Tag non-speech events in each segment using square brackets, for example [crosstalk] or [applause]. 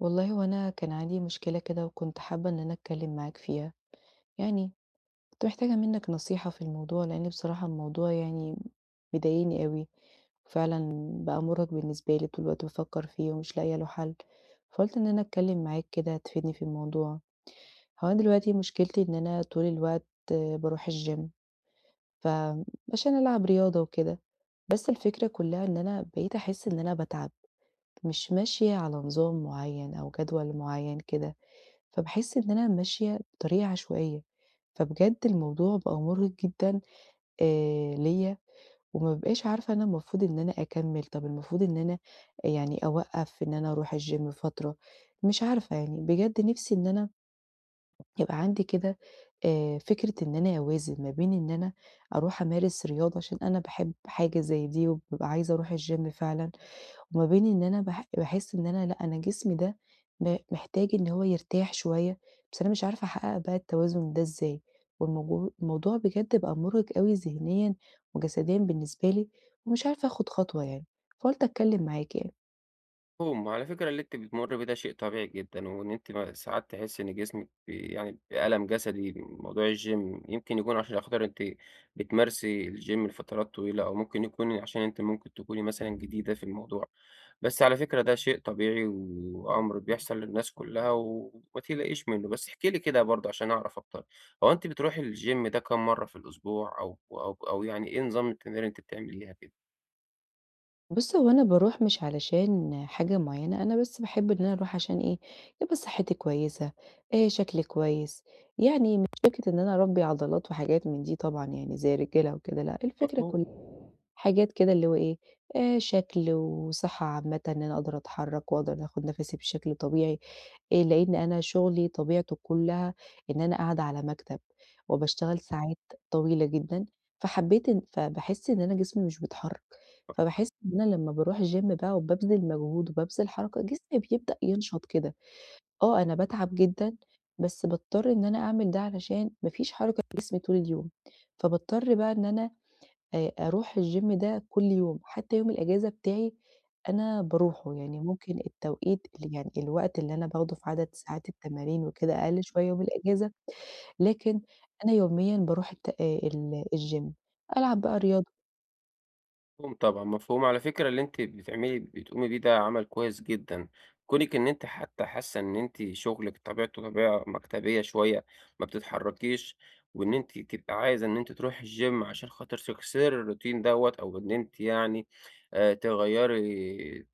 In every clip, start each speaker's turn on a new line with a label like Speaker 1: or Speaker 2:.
Speaker 1: والله هو أنا كان عندي مشكلة كده وكنت حابة إن أنا أتكلم معاك فيها، يعني كنت محتاجة منك نصيحة في الموضوع لأن بصراحة الموضوع يعني مضايقني أوي، وفعلًا بقى مرهق بالنسبة لي طول الوقت بافكر فيه ومش لاقية له حل، فقُلت إن أنا أتكلم معاك كده تفيدني في الموضوع. هو أنا دلوقتي مشكلتي إن أنا طول الوقت باروح الgym ف عشان ألعب رياضة وكده، بس الفكرة كلها إن أنا بقيت أحس إن أنا باتعب، مش ماشية على نظام معين أو جدول معين كده. فباحس إن أنا ماشية بطريقة عشوائية، فبجد الموضوع بقى مُرهق جدًا ليّا، وما بابقاش عارفة أنا المفروض إن أنا أكمّل، طَب المفروض إن أنا يعني أوقّف إن أنا أروح الgym فترة، مش عارفة يعني بجد نِفْسي إن أنا يبقى عندي كده فكرة إن أنا أوازن ما بين إن أنا أروح أمارس رياضة عشان أنا باحب حاجة زي دي وبابقى عايزة أروح الgym فعلًا، وما بين إن أنا باحس إن أنا لأ، أنا جسمي ده محتاج إن هو يرتاح شوية، بس أنا مش عارفة أحقق بقى التوازن ده إزاي، الموضوع بجد بقى مُرهق أوي ذهنيًا وجسديًا بالنسبة لي، ومش عارفة آخد خطوة يعني، فقُلت أتكلم معاكِ يعني.
Speaker 2: مفهوم، على فكرة اللي أنتِ بتمُرّي بيه ده شيء طبيعي جدًا، وإن أنتِ ساعات تحسّي إن جسمِك يعني بألم جسدي من موضوع الgym يمكن يكون عشان خاطر أنتِ بتمارسي الgym لفترات طويلة، أو ممكن يكون عشان أنتِ ممكن تكوني مثلًا جديدة في الموضوع، بس على فكرة ده شيء طبيعي وأمر بيحصل للناس كلّها وما تقلقيش منّه، بس احكي لي كده برضه عشان أعرف أكتر، هو أنتِ بتروحي الgym ده كام مرّة في الأسبوع أو يعني إيه نظام التمارين اللي أنتِ بتعمليها كده؟
Speaker 1: بُص، هو أنا باروح مش علشان حاجة معيّنة، أنا بس باحب إن أنا أروح عشان إيه، يبقى صحّتي كويسة، شكلي كويس، يعني مش فكرة إن أنا أربّي عضلات وحاجات من دي طبعًا يعني زي الرجالة وكده لأ، الفكرة
Speaker 2: مفهوم.
Speaker 1: كلّها حاجات كده اللي هو إيه، شكل وصحّة عامةً إن أنا أقدر أتحرّك وأقدر آخُد نَفَسي بشكل طبيعي، لإن أنا شُغلي طبيعته كلّها إن أنا قاعدة على مكتب وباشتغل ساعات طويلة جدًا، فحبّيت إن فباحس إن أنا جسمي مش بيتحرّك. فباحس إن أنا لمّا باروح الgym بقى وبابذل مجهود وبابذل حركة، جسمي بيبدأ ينشط كده. آه، أنا باتعب جدًا، بس باضطر إن أنا أعمل ده علشان ما فيش حركة في جسمي طول اليوم، فباضطر بقى إن أنا أروح الgym ده كل يوم، حتى يوم الأجازة بتاعي أنا باروحه، يعني ممكن التوقيت اللي يعني الوقت اللي أنا باخده في عدد ساعات التمارين وكده أقل شوية يوم الأجازة، لكن أنا يوميًا باروح الت ال الgym ألعب بقى رياضة.
Speaker 2: مفهوم طبعًا، مفهوم. على فكرة اللي أنتِ بتعملي بتقومي بيه ده عمل كويس جدًا، كونِك إن أنتِ حتى حاسة إن أنتِ شغلِك طبيعته طبيعة مكتبية شوية، ما بتتحركيش، وإن أنتِ تبقى عايزة إن أنتِ تروحي الgym عشان خاطر تكسري الروتين دوّة، أو إن أنتِ يعني تغيّري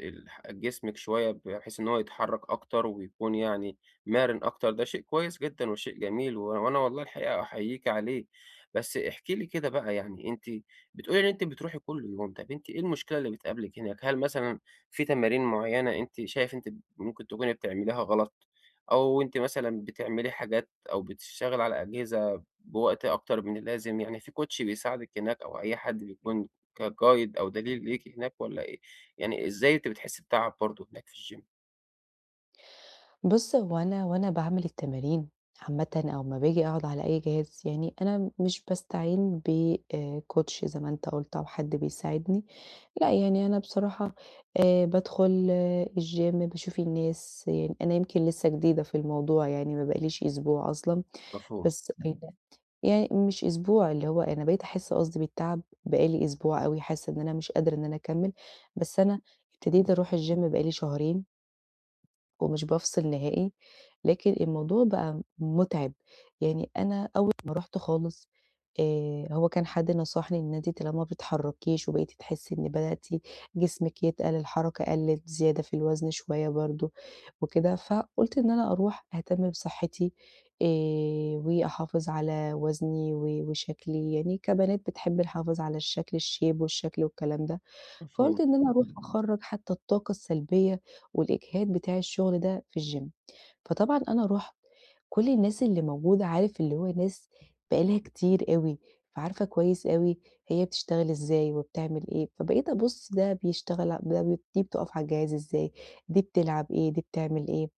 Speaker 2: جسمِك شوية بحيث إن هو يتحرك أكتر ويكون يعني مَرِن أكتر، ده شيء كويس جدًا وشيء جميل، وأنا والله الحقيقة أحييكِ عليه. بس احكي لي كده بقى يعني أنتِ بتقولي إن أنتِ بتروحي كل يوم، طب أنتِ إيه المشكلة اللي بتقابلِك هناك؟ هل مثلًا في تمارين معيّنة أنتِ شايف أنتِ ممكن تكوني بتعمليها غلط، أو أنتِ مثلًا بتعملي حاجات أو بتشتغلي على أجهزة بوقت أكتر من اللازم، يعني في كوتش بيساعدِك هناك أو أي حد بيكون كguide أو دليل ليكِ هناك والّا إيه؟ يعني إزاي أنتِ بتحسّي بتعب برضه هناك في الgym؟
Speaker 1: بُص، هو أنا وأنا باعمل التمارين عامةً أو أمّا باجي أقعد على أي جهاز، يعني أنا مش باستعين ب coach زي ما أنت قُلت أو حد بيساعدني، لأ، يعني أنا بصراحة بادخل الgym باشوف الناس، يعني أنا يمكن لسه جديدة في الموضوع يعني ما بقاليش أسبوع أصلًا،
Speaker 2: مفهوم،
Speaker 1: بس. يعني مش أسبوع، اللي هو أنا بقيت أحس قصدي بالتعب بقى لي أسبوع أوي، حاسة إن أنا مش قادرة إن أنا أكمّل، بس أنا ابتديت أروح الgym بقى لي شهرين. ومش بافصل نهائي، لكن الموضوع بقى مُتعب، يعني أنا أول ما رُحت خالص هو كان حد نصحني إن أنتِ طالما ما بتتحركيش وبقيتِ تحسي إن بدأتِ جسمِك يتقل، الحركة قلِّت، زيادة في الوزن شوية برضه وكده، فقُلت إن أنا أروح أهتم بصحّتي آآ وأحافظ على وزني و وشكلي، يعني كبنات بتحب الحفاظ على الشكل الshape والشكل والكلام ده، فقُلت
Speaker 2: مفهوم،
Speaker 1: إن أنا أروح أخرّج حتى الطاقة السلبية والإجهاد بتاع الشغل ده في الgym. فطبعًا أنا رُحت، كل الناس اللي موجودة عارف اللي هو ناس بقى لها كتير أوي، فعارفة كويس أوي هي بتشتغل إزاي وبتعمل إيه، فبقيت أبُص ده بيشتغل ع ده دي بتقف على الجهاز إزاي، دي بتلعب إيه، دي بتعمل إيه،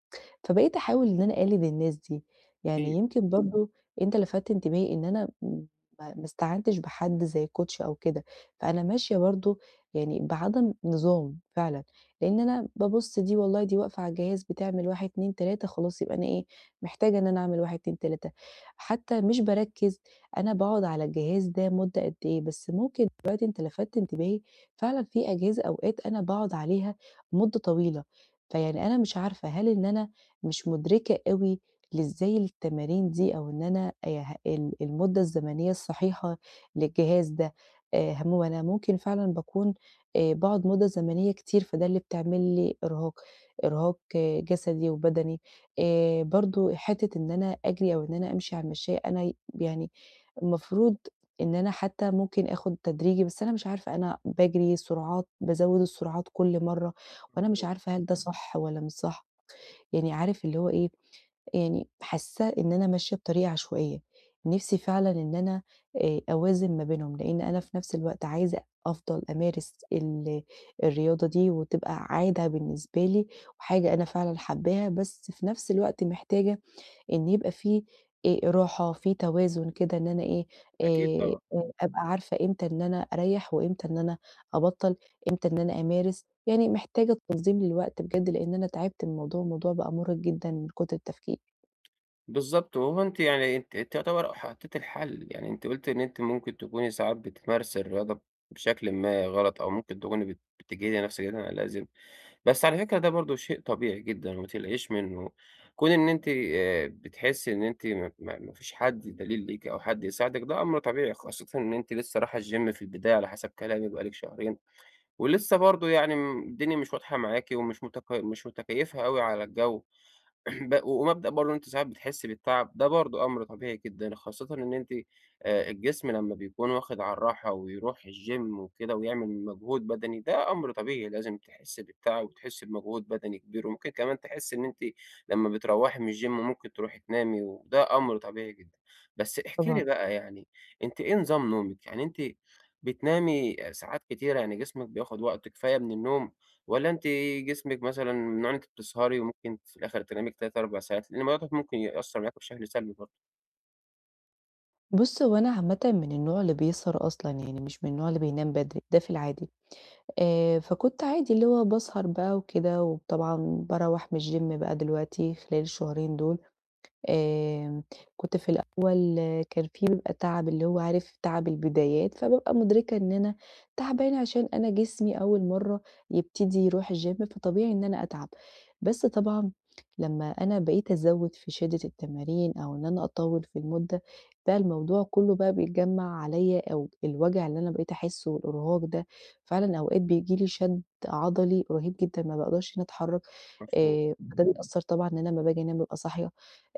Speaker 1: فبقيت أحاول إن أنا أقلد الناس دي. يعني
Speaker 2: أكيد،
Speaker 1: يمكن برضه أنت لفتت انتباهي إن أنا م ما ما استعنتش بحد زي coach أو كده، فأنا ماشية برضه يعني بعدم نظام فعلًا. لأن أنا بابُص دي والله دي واقفة على الجهاز بتعمل 1، 2، 3 خلاص يبقى أنا إيه، محتاجة إن أنا أعمل 1، 2، 3 حتى مش باركّز أنا باقعد على الجهاز ده مدة قد إيه، بس ممكن دلوقتي أنت لفتت انتباهي فعلًا في أجهزة أوقات أنا باقعد عليها مدة طويلة، فيعني أنا مش عارفة هل إن أنا مش مُدركة أوي لإزاي التمارين دي أو إن أنا ه ال المدة الزمنية الصحيحة للجهاز ده، هو أنا ممكن فعلًا باكون باقعد مدة زمنية كتير، فده اللي بتعمل لي إرهاق، إرهاق آه، جسدي وبدني. برضه حتّة إن أنا أجري أو إن أنا أمشي على المشّاية أنا يعني المفروض إن أنا حتّى ممكن آخُد تدريجي، بس أنا مش عارفة أنا باجري سرعات، بازوّد السرعات كل مرّة، وأنا مش عارفة هل ده صح والّا مش صح، يعني عارف اللي هو إيه يعني حاسة إن أنا ماشية بطريقة عشوائية، نِفْسي فعلًا إن أنا أوازن ما بينهم، لإن أنا في نَفْس الوقت عايزة أفضل أمارس ال الرياضة دي وتبقى عادة بالنسبة لي وحاجة أنا فعلًا حاباها، بس في نَفْس الوقت محتاجة إن يبقى في راحة، في توازن كده إن أنا إيه،
Speaker 2: أكيد
Speaker 1: آآ
Speaker 2: طبعًا.
Speaker 1: أبقى عارفة إمتى إن أنا أريّح وإمتى إن أنا أبطّل، إمتى إن أنا أمارس، يعني محتاجة تنظيم للوقت بجد لإن أنا تعبت من الموضوع، الموضوع بقى مُرهق جدًا من كُتر التفكير.
Speaker 2: بالضبط، وهو أنتِ يعني أنتِ تعتبر حطيتِ الحل، يعني أنتِ قُلتِ إن أنتِ ممكن تكوني ساعات بتمارسي الرياضة بشكل ما غلط، أو ممكن تكوني بتجهدي نفسِك زيادة عن اللازم، بس على فكرة ده برضه شيء طبيعي جدًا وما تقلقيش منه، كون إن أنتِ بتحسي إن أنتِ ما فيش حد دليل ليكِ أو حد يساعدِك ده أمر طبيعي، خاصةً إن أنتِ لسه رايحة الgym في البداية على حسب كلامِك بقى لِك شهرين، ولسه برضه يعني الدنيا مش واضحة معاكِ ومش مش متكيفة أوي على الجو. [clears throat] ومبدأ برضه إن أنتِ ساعات بتحسّي بالتعب، ده برضه أمر طبيعي جدًا، خاصةً إن أنتِ الجسم لمّا بيكون واخد على الراحة ويروح الgym وكده ويعمل مجهود بدني، ده أمر طبيعي لازم تحسّي بالتعب وتحسّي بمجهود بدني كبير، وممكن كمان تحسّي إن أنتِ لمّا بتروّحي من الgym ممكن تروحي تنامي وده أمر طبيعي جدًا. بس احكي
Speaker 1: طبعًا.
Speaker 2: لي بقى يعني أنتِ إيه نظام نومِك؟ يعني أنتِ بتنامي ساعات كتيرة، يعني جسمِك بياخد وقت كفاية من النوم؟ والّا أنتِ جسمِك مثلًا من النوع اللي أنتِ بتسهري وممكن في الآخر تنامي ك 3، 4 ساعات؟ لإن الموضوع ده ممكن يأثّر معاكِ بشكل سلبي برضه،
Speaker 1: بُص، هو أنا عامةً من النوع اللي بيسهر أصلًا، يعني مش من النوع اللي بينام بدري، ده في العادي. فكنت عادي اللي هو باسهر بقى وكده، وطبعًا باروّح من الgym بقى دلوقتي خلال الشهرين دول، آمم، كنت في الأول كان في بيبقى تعب اللي هو عارف تعب البدايات، فبابقى مُدركة إن أنا تعبانة عشان أنا جسمي أول مرّة يبتدي يروح الgym فطبيعي إن أنا أتعب، بس طبعًا لمّا أنا بقيت أزوّد في شدة التمارين أو إن أنا أطوّل في المدة، بقى الموضوع كلّه بقى بيتجمّع عليَّ أو الوجع اللي أنا بقيت أحسّه والإرهاق ده، فعلًا أوقات بييجي لي شد عضلي رهيب جدًا ما باقدرش إن أتحرّك.
Speaker 2: مفهوم،
Speaker 1: فده بيأثّر طبعًا إن أنا لمّا باجي أنام بابقى صاحية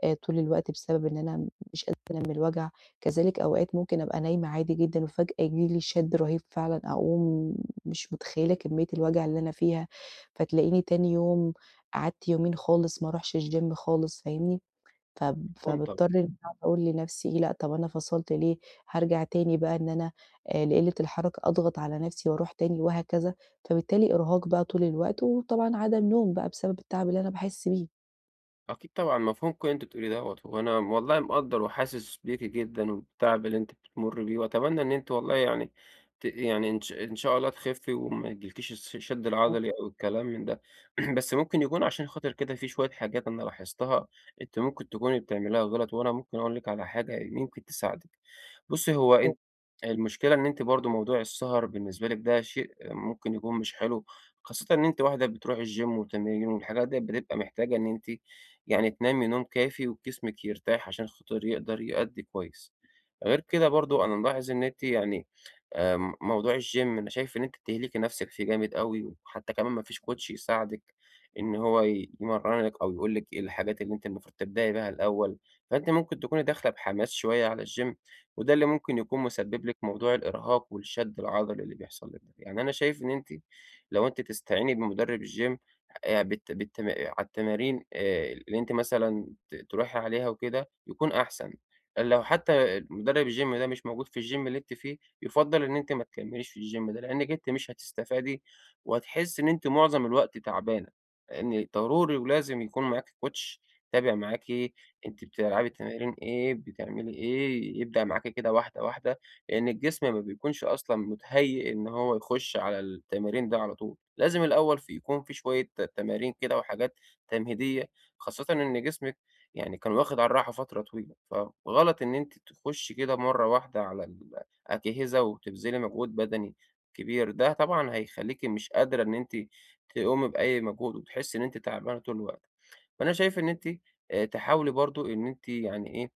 Speaker 1: طول الوقت بسبب إن أنا مش قادرة أنام من الوجع، كذلك أوقات ممكن أبقى نايمة عادي جدًا وفجأة ييجي لي شَد رهيب فعلًا أقوم مش متخيّلة كمية الوجع اللي أنا فيها، فتلاقيني تاني يوم قعدت يومين خالص ما أروحش الgym خالص، فاهمني؟
Speaker 2: مفهوم
Speaker 1: فباضطر
Speaker 2: طبعًا.
Speaker 1: إني أقعد أقول لنفسي إيه، لأ طب أنا فصلت ليه، هارجع تاني بقى إن أنا لقلة الحركة أضغط على نفسي وأروح تاني وهكذا، فبالتالي إرهاق بقى طول الوقت، وطبعًا عدم نوم بقى بسبب التعب اللي أنا باحس بيه.
Speaker 2: أكيد طبعًا، مفهوم كل اللي أنتِ بتقوليه دوّة، وأنا والله مقدّر وحاسس بيكِ جدًا وبالتعب اللي أنتِ بتمُرّي بيه، وأتمنى إن أنتِ والله يعني يعني إن شاء الله تخفّي وما يجيلكيش الشد العضلي أو الكلام من ده، [clears throat] بس ممكن يكون عشان خاطر كده في شوية حاجات أنا لاحظتها أنتِ ممكن تكوني بتعمليها غلط، وأنا ممكن أقول لِك على حاجة يمكن تساعدِك. بُصّي، هو أنتِ
Speaker 1: [unintelligible]
Speaker 2: المشكلة إن أنتِ برضه موضوع السهر بالنسبة لِك ده شيء ممكن يكون مش حلو، خاصةً إن أنتِ واحدة بتروحي الgym وتمارين والحاجات ديّة بتبقى محتاجة إن أنتِ يعني تنامي نوم كافي وجسمِك يرتاح عشان خاطر يقدر يأدّي كويس. غير كده برضه أنا ملاحظ إن أنتِ يعني موضوع الGym أنا شايف إن أنتِ بتهلكي نفسِك فيه جامد أوي، وحتى كمان ما فيش Coach يساعدِك إن هو يمرّنِك أو يقول لِك إيه الحاجات اللي أنتِ المفروض تبدئي بيها الأول، فأنتِ ممكن تكوني داخلة بحماس شوية على الGym وده اللي ممكن يكون مسبب لِك موضوع الإرهاق والشد العضلي اللي بيحصل لِك ده. يعني أنا شايف إن أنتِ لو أنتِ تستعيني بمدرب الGym بالت بالتما على التمارين اللي أنتِ مثلًا تروحي عليها وكده يكون أحسن. لو حتى مدرب الgym ده مش موجود في الgym اللي أنتِ فيه، يُفضّل إن أنتِ ما تكمّليش في الgym ده، لإنِّك أنتِ مش هتستفادي، وهتحسّي إن أنتِ معظم الوقت تعبانة، لإن ضروري ولازم يكون معاكِ coach يتابع معاكِ أنتِ بتلعبي تمارين إيه، بتعملي إيه، يبدأ معاكِ كده واحدة، واحدة، لإن الجسم ما بيكونش أصلًا مُتهيّئ إن هو يخُش على التمارين ده على طول، لازم الأول يكون في شوية تمارين كده وحاجات تمهيدية، خاصةً إن جسمِك يعني كان واخد على الراحة فترة طويلة، فغلط إن أنتِ تخشي كده مرة واحدة على الأجهزة وتبذلي مجهود بدني كبير، ده طبعًا هيخلّيكِ مش قادرة إن أنتِ تقومي بأي مجهود، وتحسي إن أنتِ تعبانة طول الوقت، فأنا شايف إن أنتِ تحاولي برضه إن أنتِ يعني إيه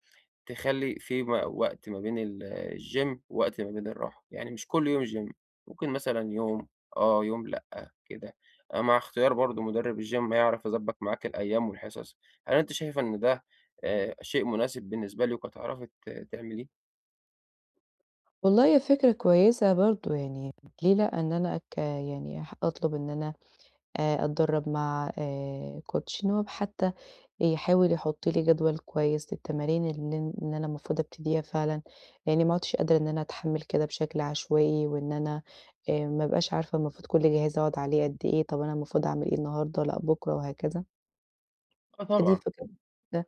Speaker 2: تخلّي في وقت ما بين ال الgym ووقت ما بين الراحة، يعني مش كل يوم gym ممكن مثلًا يوم آه، يوم لأ، كده. مع اختيار برضه مدرب الgym هيعرف يضبّط معاك الأيام والحصص. هل أنتِ شايفة إن ده شيء مناسب بالنسبة لِك وهتعرفي تعمليه؟
Speaker 1: والله هي فكرة كويسة برضه يعني ليه لأ إن أنا يعني أطلب إن أنا أتدرّب مع Coach إن هو حتّى يحاول يحُط لي جدول كويس للتمارين اللي إن أنا المفروض أبتديها فعلًا، لإنّي ما عُدتش قادرة إن أنا أتحمّل كده بشكل عشوائي وإن أنا ما ابقاش عارفة المفروض كل جهاز أقعد عليه قد إيه، طَب أنا المفروض أعمل إيه النهارده، لأ بُكرة وهكذا.
Speaker 2: آه
Speaker 1: فدي
Speaker 2: طبعًا،
Speaker 1: فكرة كده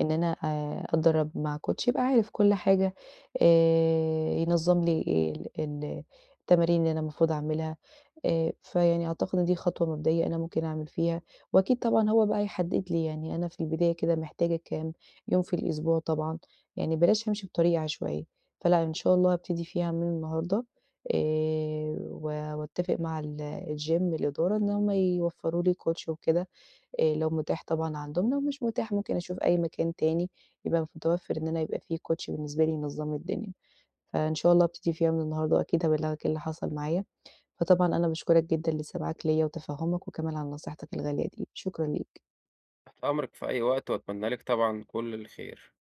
Speaker 1: إن أنا أتدرّب مع كوتش يبقى عارف كل حاجة، ينظّم لي إيه ال ال التمارين اللي أنا المفروض أعملها، فيعني أعتقد إن دي خطوة مبدئية أنا ممكن أعمل فيها، وأكيد طبعًا هو بقى يحدد لي يعني أنا في البداية كده محتاجة كام يوم في الأسبوع طبعًا، يعني بلاش أمشي بطريقة عشوائية، فلأ إن شاء الله هابتدي فيها من النهارده، و وأتّفق مع الgym الإدارة إن هُم يوفّروا لي كوتش وكده. لو متاح طبعًا عندهم، لو مش متاح ممكن أشوف أي مكان تاني يبقى متوفر إن أنا يبقى في coach بالنسبة لي ينظّم الدنيا، فإن شاء الله أبتدي فيها من النهارده وأكيد هابلّغك إيه اللي حصل معايا، فطبعًا أنا باشكرك جدًا لسماعك ليّا وتفهُّمك وكمان على نصيحتك الغالية دي، شكرًا ليك.
Speaker 2: تحت أمرِك في أي وقت وأتمنى لِك طبعًا كل الخير.